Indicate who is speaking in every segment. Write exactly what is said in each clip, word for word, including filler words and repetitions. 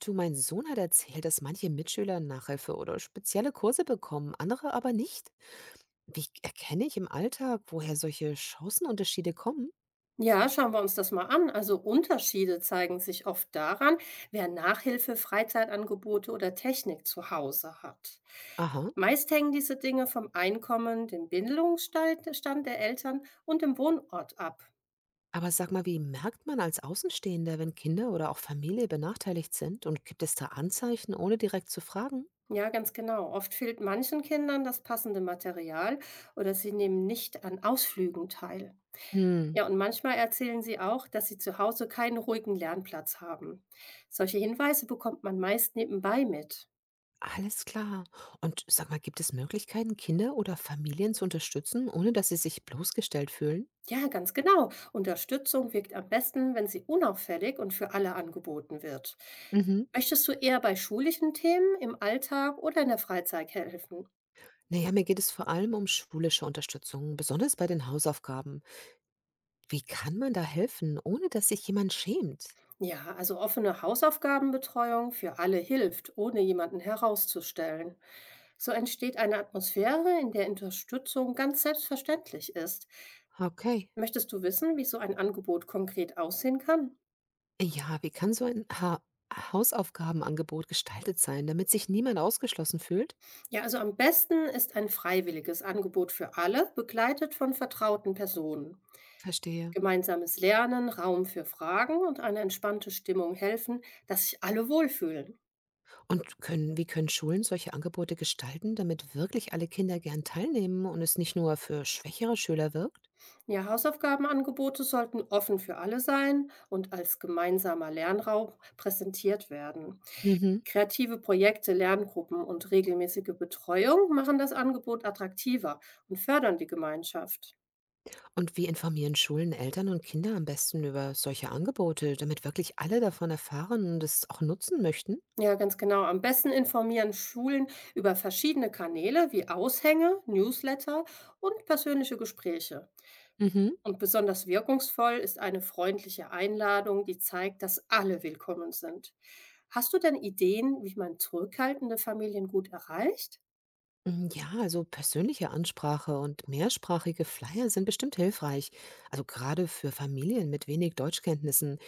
Speaker 1: Du, mein Sohn hat erzählt, dass manche Mitschüler Nachhilfe oder spezielle Kurse bekommen, andere aber nicht. Wie erkenne ich im Alltag, woher solche Chancenunterschiede kommen?
Speaker 2: Ja, schauen wir uns das mal an. Also Unterschiede zeigen sich oft daran, wer Nachhilfe, Freizeitangebote oder Technik zu Hause hat.
Speaker 1: Aha.
Speaker 2: Meist hängen diese Dinge vom Einkommen, dem Bildungsstand Stand der Eltern und dem Wohnort ab.
Speaker 1: Aber sag mal, wie merkt man als Außenstehender, wenn Kinder oder auch Familie benachteiligt sind? Und gibt es da Anzeichen, ohne direkt zu fragen?
Speaker 2: Ja, ganz genau. Oft fehlt manchen Kindern das passende Material oder sie nehmen nicht an Ausflügen teil.
Speaker 1: Hm,
Speaker 2: Ja, und manchmal erzählen sie auch, dass sie zu Hause keinen ruhigen Lernplatz haben. Solche Hinweise bekommt man meist nebenbei mit.
Speaker 1: alles klar. Und sag mal, gibt es Möglichkeiten, Kinder oder Familien zu unterstützen, ohne dass sie sich bloßgestellt fühlen?
Speaker 2: Ja, ganz genau. Unterstützung wirkt am besten, wenn sie unauffällig und für alle angeboten wird.
Speaker 1: Mhm.
Speaker 2: Möchtest du eher bei schulischen Themen im Alltag oder in der Freizeit helfen?
Speaker 1: Naja, mir geht es vor allem um schulische Unterstützung, besonders bei den Hausaufgaben. Wie kann man da helfen, ohne dass sich jemand schämt?
Speaker 2: Ja, also offene Hausaufgabenbetreuung für alle hilft, ohne jemanden herauszustellen. So entsteht eine Atmosphäre, in der Unterstützung ganz selbstverständlich ist.
Speaker 1: Okay.
Speaker 2: Möchtest du wissen, wie so ein Angebot konkret aussehen kann?
Speaker 1: Ja, wie kann so ein ha Hausaufgabenangebot gestaltet sein, damit sich niemand ausgeschlossen fühlt?
Speaker 2: Ja, also am besten ist ein freiwilliges Angebot für alle, begleitet von vertrauten Personen.
Speaker 1: Verstehe.
Speaker 2: Gemeinsames Lernen, Raum für Fragen und eine entspannte Stimmung helfen, dass sich alle wohlfühlen.
Speaker 1: Und können, wie können Schulen solche Angebote gestalten, damit wirklich alle Kinder gern teilnehmen und es nicht nur für schwächere Schüler wirkt?
Speaker 2: Ja, Hausaufgabenangebote sollten offen für alle sein und als gemeinsamer Lernraum präsentiert werden.
Speaker 1: Mhm.
Speaker 2: Kreative Projekte, Lerngruppen und regelmäßige Betreuung machen das Angebot attraktiver und fördern die Gemeinschaft.
Speaker 1: Und wie informieren Schulen Eltern und Kinder am besten über solche Angebote, damit wirklich alle davon erfahren und es auch nutzen möchten?
Speaker 2: Ja, ganz genau. Am besten informieren Schulen über verschiedene Kanäle wie Aushänge, Newsletter und persönliche Gespräche.
Speaker 1: Mhm.
Speaker 2: Und besonders wirkungsvoll ist eine freundliche Einladung, die zeigt, dass alle willkommen sind. Hast du denn Ideen, wie man zurückhaltende Familien gut erreicht?
Speaker 1: Hm, ja, also persönliche Ansprache und mehrsprachige Flyer sind bestimmt hilfreich. Also gerade für Familien mit wenig Deutschkenntnissen.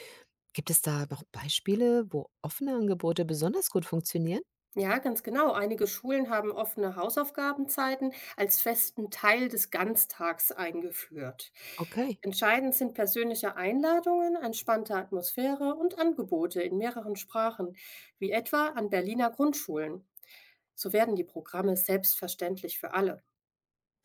Speaker 1: Gibt es da noch Beispiele, wo offene Angebote besonders gut funktionieren?
Speaker 2: Ja, ganz genau. Einige Schulen haben offene Hausaufgabenzeiten als festen Teil des Ganztags eingeführt.
Speaker 1: Okay.
Speaker 2: Entscheidend sind persönliche Einladungen, entspannte Atmosphäre und Angebote in mehreren Sprachen, wie etwa an Berliner Grundschulen. So werden die Programme selbstverständlich für alle.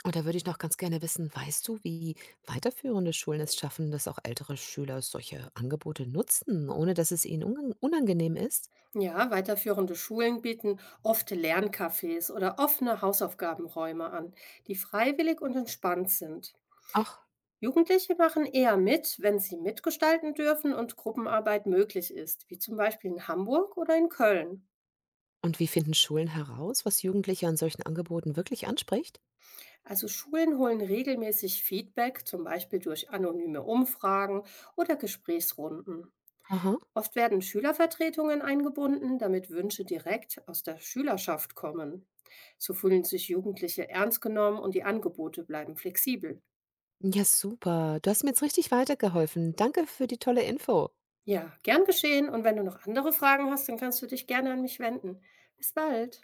Speaker 1: Und da würde ich noch ganz gerne wissen, weißt du, wie weiterführende Schulen es schaffen, dass auch ältere Schüler solche Angebote nutzen, ohne dass es ihnen unang- unangenehm ist?
Speaker 2: Ja, weiterführende Schulen bieten oft Lerncafés oder offene Hausaufgabenräume an, die freiwillig und entspannt sind.
Speaker 1: Ach,
Speaker 2: Jugendliche machen eher mit, wenn sie mitgestalten dürfen und Gruppenarbeit möglich ist, wie zum Beispiel in Hamburg oder in Köln.
Speaker 1: und wie finden Schulen heraus, was Jugendliche an solchen Angeboten wirklich anspricht?
Speaker 2: Also Schulen holen regelmäßig Feedback, zum Beispiel durch anonyme Umfragen oder Gesprächsrunden.
Speaker 1: Aha.
Speaker 2: Oft werden Schülervertretungen eingebunden, damit Wünsche direkt aus der Schülerschaft kommen. So fühlen sich Jugendliche ernst genommen und die Angebote bleiben flexibel.
Speaker 1: Ja, super. Du hast mir jetzt richtig weitergeholfen. Danke für die tolle Info.
Speaker 2: Ja, gern geschehen. Und wenn du noch andere Fragen hast, dann kannst du dich gerne an mich wenden. Bis bald.